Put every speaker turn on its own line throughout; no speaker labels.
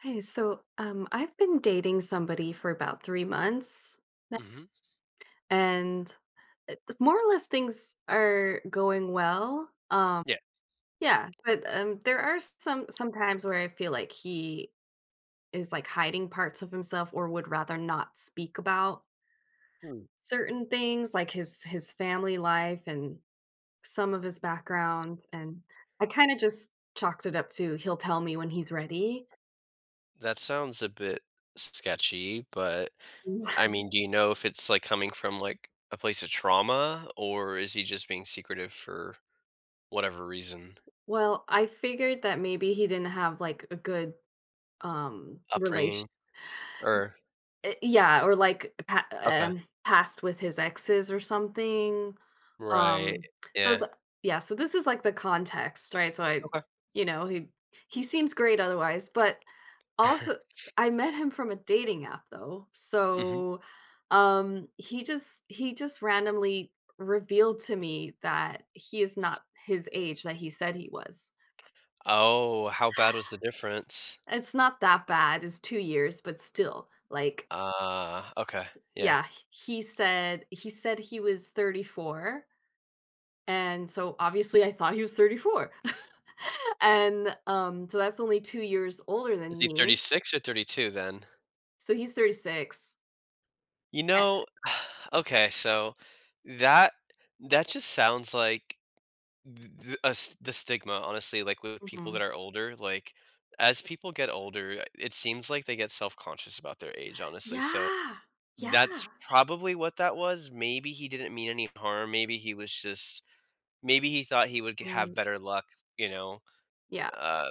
Hey, so I've been dating somebody for about 3 months, now,
Mhm.
and more or less things are going well.
Yeah.
Yeah, but there are some times where I feel like he is like hiding parts of himself, or would rather not speak about
Hmm.
certain things, like his family life and some of his background. And I kind of just chalked it up to he'll tell me when he's ready.
That sounds a bit sketchy, but I mean, do you know if it's like coming from like a place of trauma, or is he just being secretive for whatever reason?
Well, I figured that maybe he didn't have like a good relation
Upbringing or
y yeah, or like pa
okay.
past with his exes or something.
Right.
Um, so
Yeah.
the Yeah, so this is like the context, right?
Okay.
You know, he he seems great otherwise, but also I met him from a dating app though.
Hmm.
So, he just randomly revealed to me that he is not his age that he said he was.
Oh, how bad was the difference?
It's not that bad, it's 2 years, but still, like.
Ah, okay. Yeah.
Yeah, h he said he said he was 34, and so obviously I thought he was 34. And, so that's only 2 years older
Is
than
he
me,
36 or 32 then?
so he's 36.
You
A
know, okay, so that that just sounds like th- a s the stigma, honestly, like with people that
Mhm.
are older, like as people get older, it seems like they get self-conscious about their age, honestly. So
Yeah,
that's
yeah,
probably what that was. Maybe he didn't mean any harm. Maybe he was just maybe he thought he would have
mm,
better luck, you know,
yeah.
uh,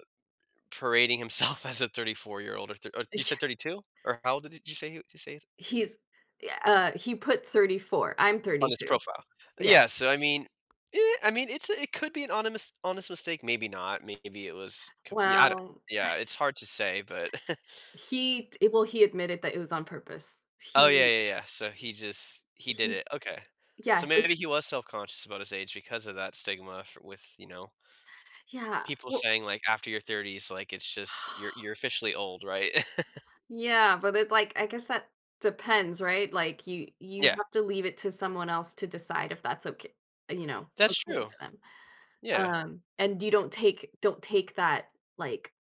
parading himself as a 34-year old, or or you said 32? Or how old did you say did you say
He's Yeah, he put 34, I'm
On his
32.
profile.
Yeah,
Yeah, so I mean, I mean, it's a it could be an honest mistake, maybe not, maybe it was com yeah, I don't
well,
yeah, it's hard to say, but
well, he admitted that it was on purpose.
Oh, yeah,
He
yeah, yeah, so he just he did
he's
it, okay.
Yeah,
So
so
maybe
he
he was self-conscious about his age because of that stigma f with, you know,
yeah,
people
well.
saying, like, after your 30s, like, it's just you're officially old, right?
Yeah, but it like, I guess that depends, right? Like you
Yeah,
have to leave it to someone else to decide if that's okay,
that's
okay
true.
for them.
Yeah.
And you don't take that like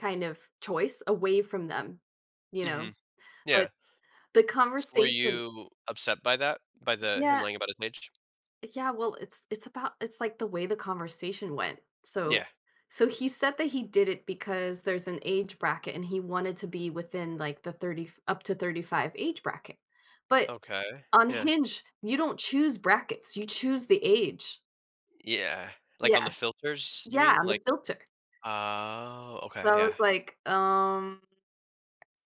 kind of choice away from them, you know?
Mhm. Yeah.
But the
So were
conversation,
you upset by that? By the him
yeah,
lying about his age?
yeah, well, it's like the way the conversation went. So
Yeah.
so he said that he did it because there's an age bracket and he wanted to be within like the 30 up to 35 age bracket. But
Okay,
on
yeah.
Hinge, you don't choose brackets, you choose the age.
Yeah, like, on the
Yes,
filters, you
yeah,
mean?
on the
Like
filter.
oh,
So
okay,
I
yeah.
was like,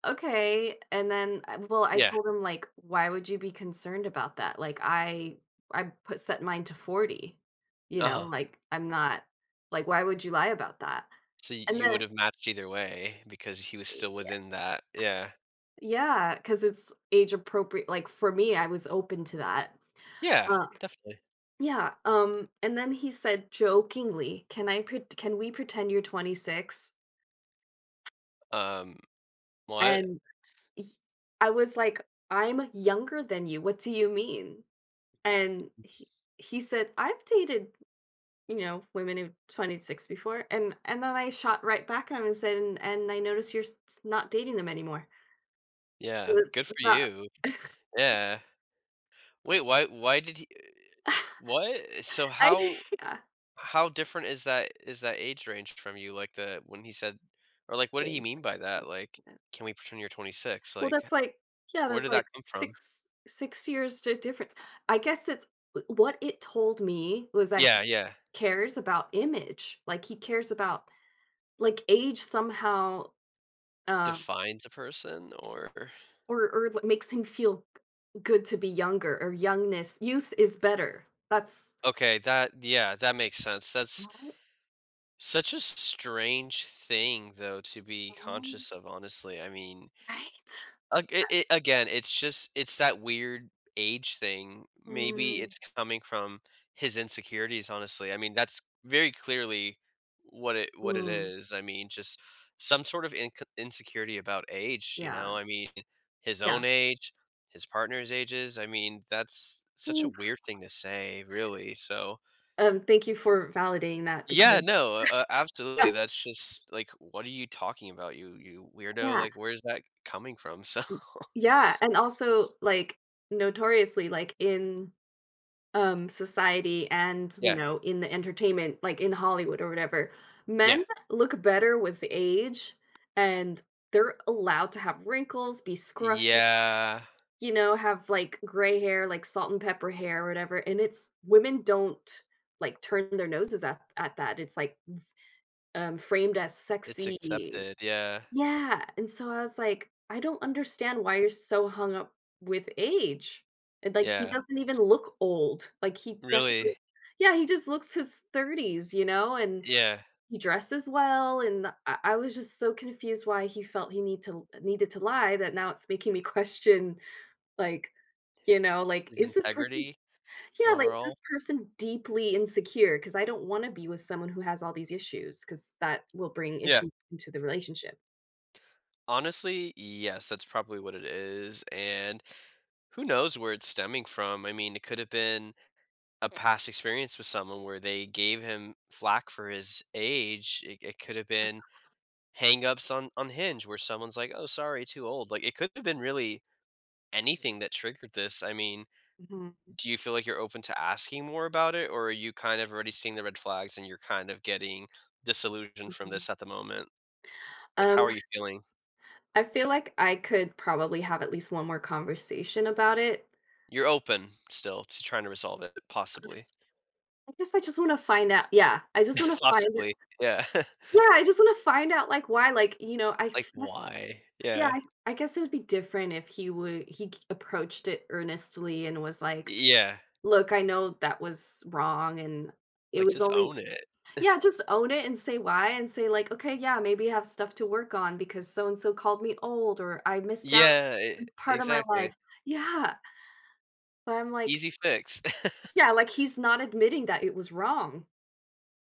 Okay," and then I well, I
Yeah,
told him, like, "Why would you be concerned about that?" Like, I put set mine to 40, you know,
uh-huh.
like, I'm not, like, why would you lie about that?
So
And
you would
then
have matched either way because he was still
y-
within that yeah.
yeah, because it's age appropriate, like, for me, I was open to that.
Yeah, definitely.
Yeah, and then he said jokingly, "Can I pre can we pretend you're 26?"
Um, what?
And he I was like, "I'm younger than you, what do you mean?" And he said, "I've dated, you know, women who 26 before," and then I shot right back at him and said, "And I notice you're s not dating them anymore."
Yeah, good for
It's not.
you. Yeah. Wait, why did he what? So
I Yeah.
how different is that age range from you? Like, the when he said or, like, what did he mean by that? Like, "Can we pretend you're 26?"
Well,
Like,
that's like yeah,
where
that's
did that
like
come from?
6 years di difference. I guess it's What it told me was that he
Yeah, yeah.
cares about image, like, he cares about, like, age somehow, um,
Defines a person or
or li makes him feel good to be younger, or youngness. Youth is better. That's
okay, that yeah, that makes sense. That's
right?
such a strange thing, though, to be
Um,
conscious of, honestly. I mean
right?
Ag it it again, it's just it's that weird age thing. Maybe
Mm,
it's coming from his insecurities, honestly. I mean, that's very clearly what it
mm,
is. I mean, just some sort of inc insecurity about age, you
yeah,
know? I mean, his
yeah.
own age, his partner's ages. I mean, that's such a
Oof.
weird thing to say, really. So,
Thank you for validating that,
yeah,
because
no, absolutely. That's just like, "What are you talking about, you weirdo?"
yeah.
Like, where's that coming from? So,
Y Yeah, and also, like, notoriously, like, in, society and, you
yeah.
know, in the entertainment, like, in Hollywood or whatever,
Yeah.
men look better with age, and they're allowed to have wrinkles, be scruffy,
Yeah,
you know, have, like, gray hair, like, salt and pepper hair or whatever, and it's women don't, like, turn their noses at that, it's, like, framed as
it's
sexy.
accepted, yeah,
Yeah, and so I was like, "I don't understand why you're so hung up with age." And, like, he
yeah,
doesn't even look old, like, he definitely
really,
yeah, he just looks his 30s, you know, and
yeah,
he dresses well, and I was just so confused why he felt he needed to lie that now it's making me question, like, you know, like,
his
is this person
integrity
yeah, like, is this
overall?
person deeply insecure? Because I don't wanna be with someone who has all these issues. Because that will bring
Yeah,
issues into the relationship.
honestly, yes, that's probably what it is, and who knows where it's stemming from. I mean, it could have been a past experience with someone where they gave him flack for his age. It could have been hangups on Hinge where someone's like, "Oh, sorry, too old," like, it could have been really anything that triggered this. I mean,
Mhm,
do you feel like you're open to asking more about it, or are you kind of already seeing the red flags and you're kind of getting disillusioned from
mhm.
this at the moment? Like, how
Um,
are you feeling?
I feel like I could probably have at least one more conversation about it.
You're open still to trying to resolve it,
Uh,
possibly.
I guess I just want to find out. Yeah, I just want to find
Possibly, yeah.
yeah, I just want to find out like why. Like, you know,
Like, why?
yeah,
Yeah.
I guess it would be different if he approached it earnestly and was like,
Yeah,
look, I know that was wrong and it
like,
was
just
only
own it.
yeah, just own it and say why and say, like, okay, yeah, maybe I have stuff to work on because so and so called me old, or I missed out on
Yeah, e
this part of my
exactly.
life. Yeah. But I'm like,
Easy fix.
Yeah, like, he's not admitting that it was wrong,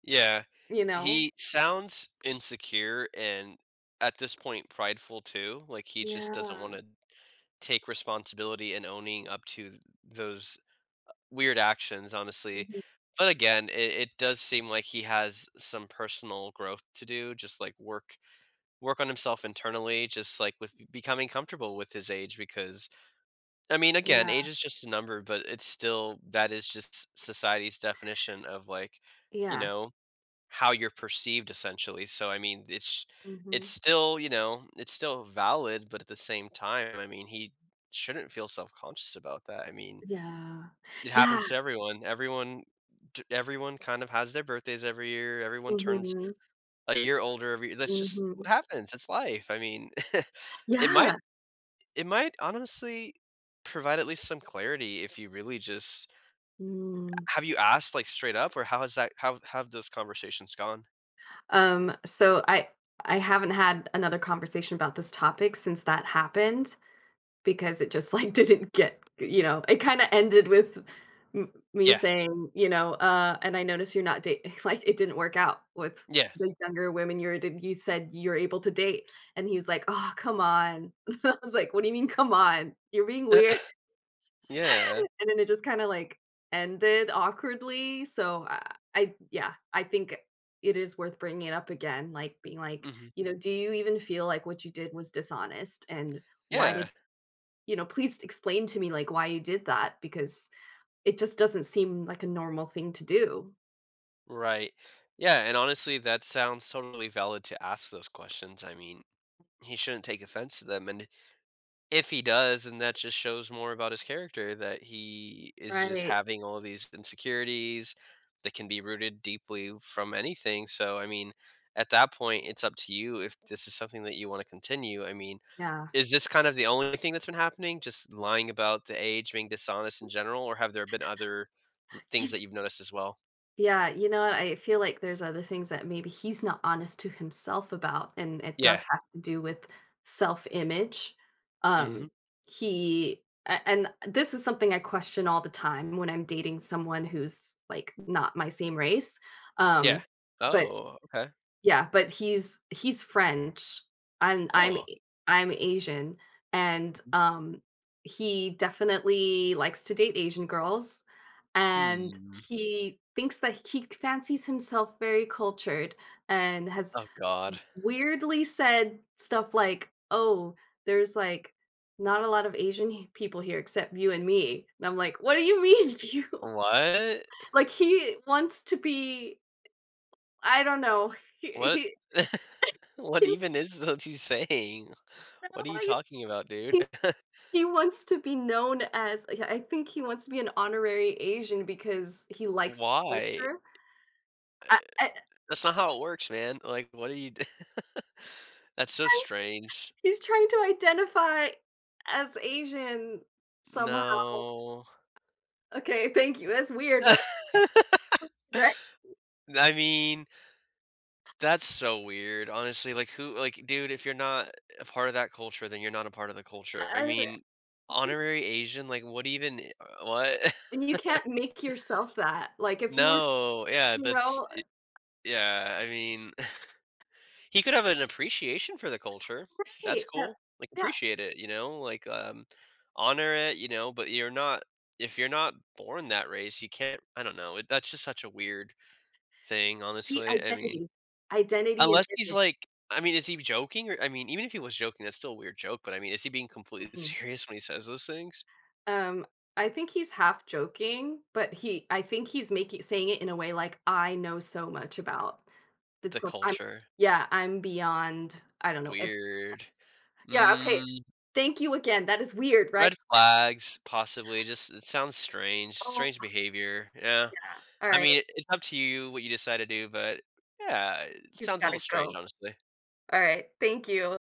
Yeah.
you know?
He sounds insecure and at this point prideful too. Like he just doesn't want
Yeah.
to take responsibility and owning up to those weird actions, honestly.
Mhm.
But again, it does seem like he has some personal growth to do, just like work on himself internally, just like with becoming comfortable with his age. Because I mean again, age
Yeah.
is just a number, but it's still that is just society's definition of like, you
Yeah.
know, how you're perceived essentially. So I mean, it's
Mhm.
still, you know, it's still valid, but at the same time, I mean, he shouldn't feel self-conscious about that. I mean,
Yeah.
it
Yeah.
happens to everyone. Everyone everyone kind of has their birthdays every year. Everyone turns
Mhm.
a year older every year. That's just what
Mhm.
happens. It's life. I mean, it might
Yeah.
it might honestly provide at least some clarity if you really just
Mm.
have you asked like straight up, or how has that how have those conversations gone?
So I haven't had another conversation about this topic since that happened, because it just, like, didn't get you know, it kinda ended with m me
Yeah.
saying, you know, "And I noticed you're not dating like, it didn't work out with
Yeah.
the younger women you said you're able to date, and he was like, oh, come on." I was like, "What do you mean 'come on'? You're being weird."
Yeah.
And then it just kinda, like, ended awkwardly, so I yeah, I think it is worth bringing it up again, like, being like,
Mhm.
you know, "Do you even feel like what you did was dishonest, and why
Yeah,
did you know, please explain to me, like, why you did that, because it just doesn't seem like a normal thing to do."
right. Yeah, and honestly, that sounds totally valid to ask those questions. I mean, he shouldn't take offense to them, and if he does, then that just shows more about his character, that he is just
Right.
having all these insecurities that can be rooted deeply from anything. So, I mean, at that point, it's up to you if this is something that you want to continue. I mean,
Yeah.
is this kind of the only thing that's been happening? Just lying about the age, being dishonest in general, or have there been other things
You-
that you've noticed as well?
Yeah. You know what? I feel like there's other things that maybe he's not honest to himself about, and it
Yeah.
does have to do with self-image. Um,
Mhm.
and this is something I question all the time when I'm dating someone who's like not my same race.
Yeah.
Um, but
Oh, okay.
Yeah, but he's French, and
Oh.
I'm Asian, and, he definitely likes to date Asian girls, and
Hmm.
he thinks that he fancies himself very cultured and has
Oh god.
weirdly said stuff like, "Oh, there's, like, not a lot of Asian he people here except you and me," and I'm like, "What do you mean you?"
What?
Like, he wants to be I don't know. he
What?
he
What
he
even is what he's saying? What are you talking about, dude?
he's He wants to be known as. Yeah, I think he wants to be an honorary Asian because he likes the
Why?
culture. I
That's not how it works, man. Like, what are you d That's so strange.
He's trying to identify as Asian somehow.
No.
Okay, thank you. That's weird, right? Right?
I mean, that's so weird, honestly, like, who like, dude, if you're not a part of that culture, then you're not a part of the culture. I
I
mean,
just
honorary Asian, like, what even what?
And you can't make yourself that. Like, if you were,
No, yeah,
you
that's
know
yeah, I mean, he could have an appreciation for the culture. That's
right, that
cool. Like,
yeah.
appreciate it, you know? Like, honor it, you know, but you're not if you're not born that race, you can't I don't know, it that's just such a weird thing,
See,
honestly. I mean,
identity. Identity and
unless he's
image.
like I mean, is he joking? Or I mean, even if he was joking, that's still a weird joke, but I mean, is he being completely
Mhm.
serious when he says those things?
Um, I think he's half joking, but he I think he's making saying it in a way like, "I know so much about. That's
The
called I'm
culture.
Yeah, I'm beyond. I don't know if
Weird.
it's Yeah, okay.
Mm.
Thank you again. That is weird, right?
Red flags, possibly, just it sounds strange, strange
Oh.
behavior, yeah.
Yeah.
I
Alright,
mean, it's up to you what you decide to do, but yeah, it
he's
sounds a little
gotta
strange,
go.
honestly.
Alright, thank you.